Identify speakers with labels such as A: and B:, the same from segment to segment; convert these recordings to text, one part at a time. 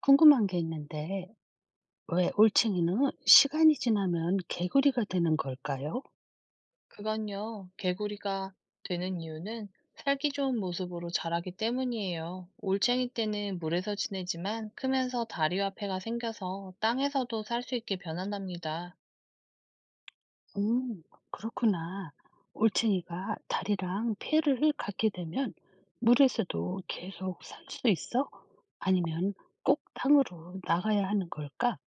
A: 궁금한 게 있는데, 왜 올챙이는 시간이 지나면 개구리가 되는 걸까요?
B: 그건요, 개구리가 되는 이유는 살기 좋은 모습으로 자라기 때문이에요. 올챙이 때는 물에서 지내지만 크면서 다리와 폐가 생겨서 땅에서도 살 수 있게 변한답니다.
A: 음, 그렇구나. 올챙이가 다리랑 폐를 갖게 되면 물에서도 계속 살 수 있어? 아니면 꼭 땅으로 나가야 하는 걸까?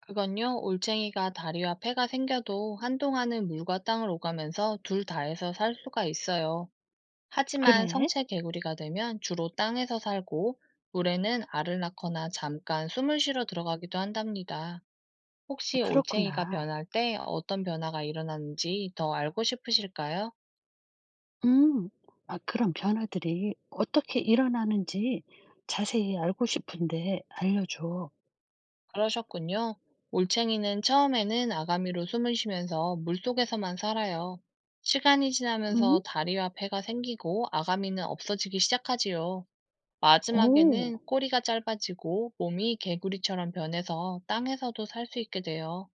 B: 그건요, 올챙이가 다리와 폐가 생겨도 한동안은 물과 땅을 오가면서 둘 다에서 살 수가 있어요. 하지만
A: 그래?
B: 성체 개구리가 되면 주로 땅에서 살고 물에는 알을 낳거나 잠깐 숨을 쉬러 들어가기도 한답니다.
A: 아,
B: 혹시 올챙이가
A: 그렇구나.
B: 변할 때 어떤 변화가 일어나는지 더 알고 싶으실까요?
A: 음, 아, 그런 변화들이 어떻게 일어나는지 자세히 알고 싶은데 알려줘.
B: 그러셨군요. 올챙이는 처음에는 아가미로 숨을 쉬면서 물속에서만 살아요. 시간이
A: 음?
B: 지나면서 다리와 폐가 생기고 아가미는 없어지기 시작하지요.
A: 오.
B: 마지막에는 꼬리가 짧아지고 몸이 개구리처럼 변해서 땅에서도 살 수 있게 돼요.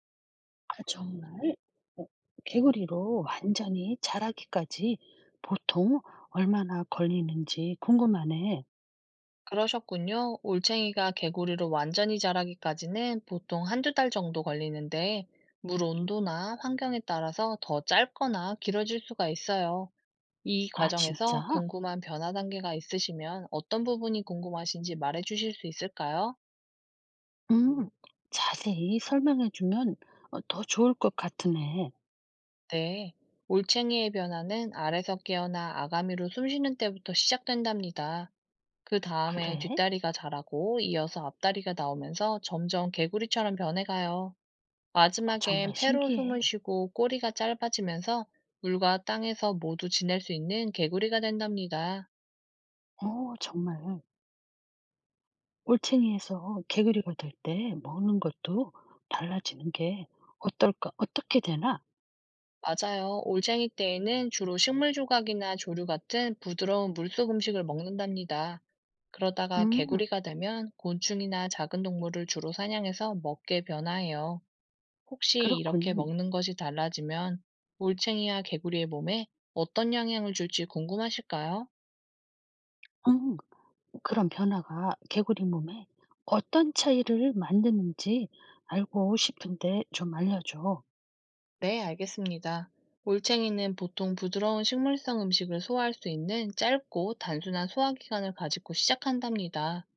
A: 아 정말? 어 개구리로 완전히 자라기까지 보통 얼마나 걸리는지 궁금하네.
B: 그러셨군요. 올챙이가 개구리로 완전히 자라기까지는 보통 한두 달 정도 걸리는데, 물 온도나 환경에 따라서 더 짧거나 길어질 수가 있어요. 이
A: 아
B: 과정에서
A: 진짜?
B: 궁금한 변화 단계가 있으시면 어떤 부분이 궁금하신지 말해 주실 수 있을까요?
A: 음. 자세히 설명해 주면 더 좋을 것 같으네.
B: 네. 올챙이의 변화는 알에서 깨어나 아가미로 숨쉬는 때부터 시작된답니다. 그 다음에
A: 그래?
B: 뒷다리가 자라고 이어서 앞다리가 나오면서 점점 개구리처럼 변해가요.
A: 아
B: 마지막엔
A: 정말
B: 폐로 숨을
A: 신기해.
B: 쉬고 꼬리가 짧아지면서 물과 땅에서 모두 지낼 수 있는 개구리가 된답니다.
A: 정말 올챙이에서 개구리가 될 때 먹는 것도 달라지는 게 어떨까 어떻게 되나?
B: 맞아요. 올챙이 때에는 주로 식물 조각이나 조류 같은 부드러운 물속 음식을 먹는답니다. 그러다가
A: 음
B: 개구리가 되면 곤충이나 작은 동물을 주로 사냥해서 먹게 변화해요. 혹시 이렇게
A: 그렇군.
B: 먹는 것이 달라지면 올챙이와 개구리의 몸에 어떤 영향을 줄지 궁금하실까요?
A: 음. 그런 변화가 개구리 몸에 어떤 차이를 만드는지 알고 싶은데 좀 알려줘.
B: 네, 알겠습니다. 올챙이는 보통 부드러운 식물성 음식을 소화할 수 있는 짧고 단순한 소화기관을 가지고 시작한답니다.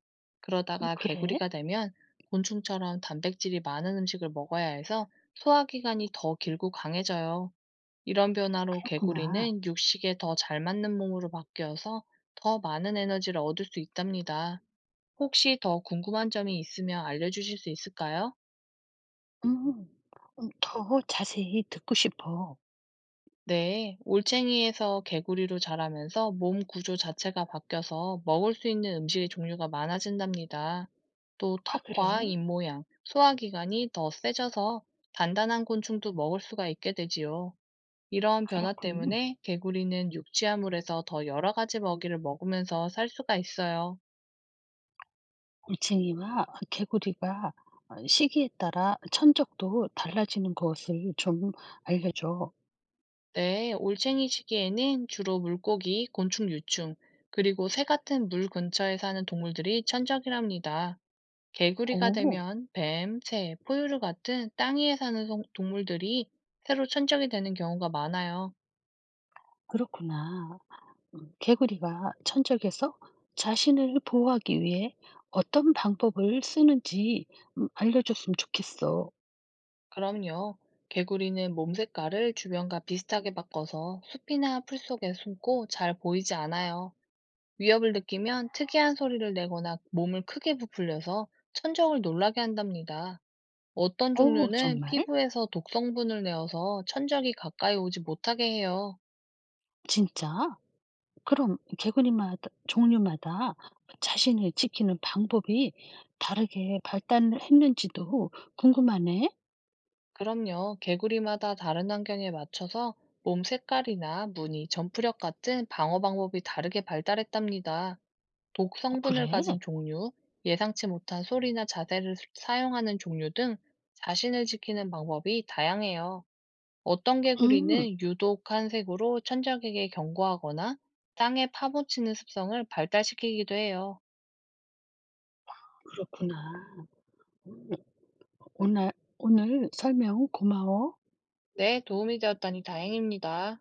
B: 그러다가
A: 그래?
B: 개구리가 되면 곤충처럼 단백질이 많은 음식을 먹어야 해서 소화기관이 더 길고 강해져요. 이런 변화로
A: 그렇구나.
B: 개구리는 육식에 더 잘 맞는 몸으로 바뀌어서 더 많은 에너지를 얻을 수 있답니다. 혹시 더 궁금한 점이 있으면 알려주실 수 있을까요?
A: 음, 더 자세히 듣고 싶어.
B: 네, 올챙이에서 개구리로 자라면서 몸 구조 자체가 바뀌어서 먹을 수 있는 음식의 종류가 많아진답니다. 또
A: 아,
B: 턱과
A: 그래?
B: 입 모양, 소화기관이 더 세져서 단단한 곤충도 먹을 수가 있게 되지요. 이러한 변화
A: 그렇군.
B: 때문에 개구리는 육지화물에서 더 여러 가지 먹이를 먹으면서 살 수가 있어요.
A: 올챙이와 개구리가 시기에 따라 천적도 달라지는 것을 좀 알려줘.
B: 네, 올챙이 시기에는 주로 물고기, 곤충, 유충, 그리고 새 같은 물 근처에 사는 동물들이 천적이랍니다. 개구리가
A: 오,
B: 되면 뱀, 새, 포유류 같은 땅 위에 사는 동물들이 새로 천적이 되는 경우가 많아요.
A: 그렇구나. 개구리가 천적에서 자신을 보호하기 위해 어떤 방법을 쓰는지 알려줬으면 좋겠어.
B: 그럼요. 개구리는 몸 색깔을 주변과 비슷하게 바꿔서 숲이나 풀 속에 숨고 잘 보이지 않아요. 위협을 느끼면 특이한 소리를 내거나 몸을 크게 부풀려서 천적을 놀라게 한답니다. 어떤
A: 오,
B: 종류는
A: 정말?
B: 피부에서 독성분을 내어서 천적이 가까이 오지 못하게 해요.
A: 진짜? 그럼 개구리마다, 종류마다 자신을 지키는 방법이 다르게 발달했는지도 궁금하네?
B: 그럼요. 개구리마다 다른 환경에 맞춰서 몸 색깔이나 무늬, 점프력 같은 방어 방법이 다르게 발달했답니다. 독 성분을
A: 그래?
B: 가진 종류, 예상치 못한 소리나 자세를 사용하는 종류 등 자신을 지키는 방법이 다양해요. 어떤
A: 음,
B: 개구리는 유독한 색으로 천적에게 경고하거나 땅에 파묻히는 습성을 발달시키기도 해요.
A: 그렇구나. 오늘, 오늘 설명 고마워.
B: 네, 도움이 되었다니 다행입니다.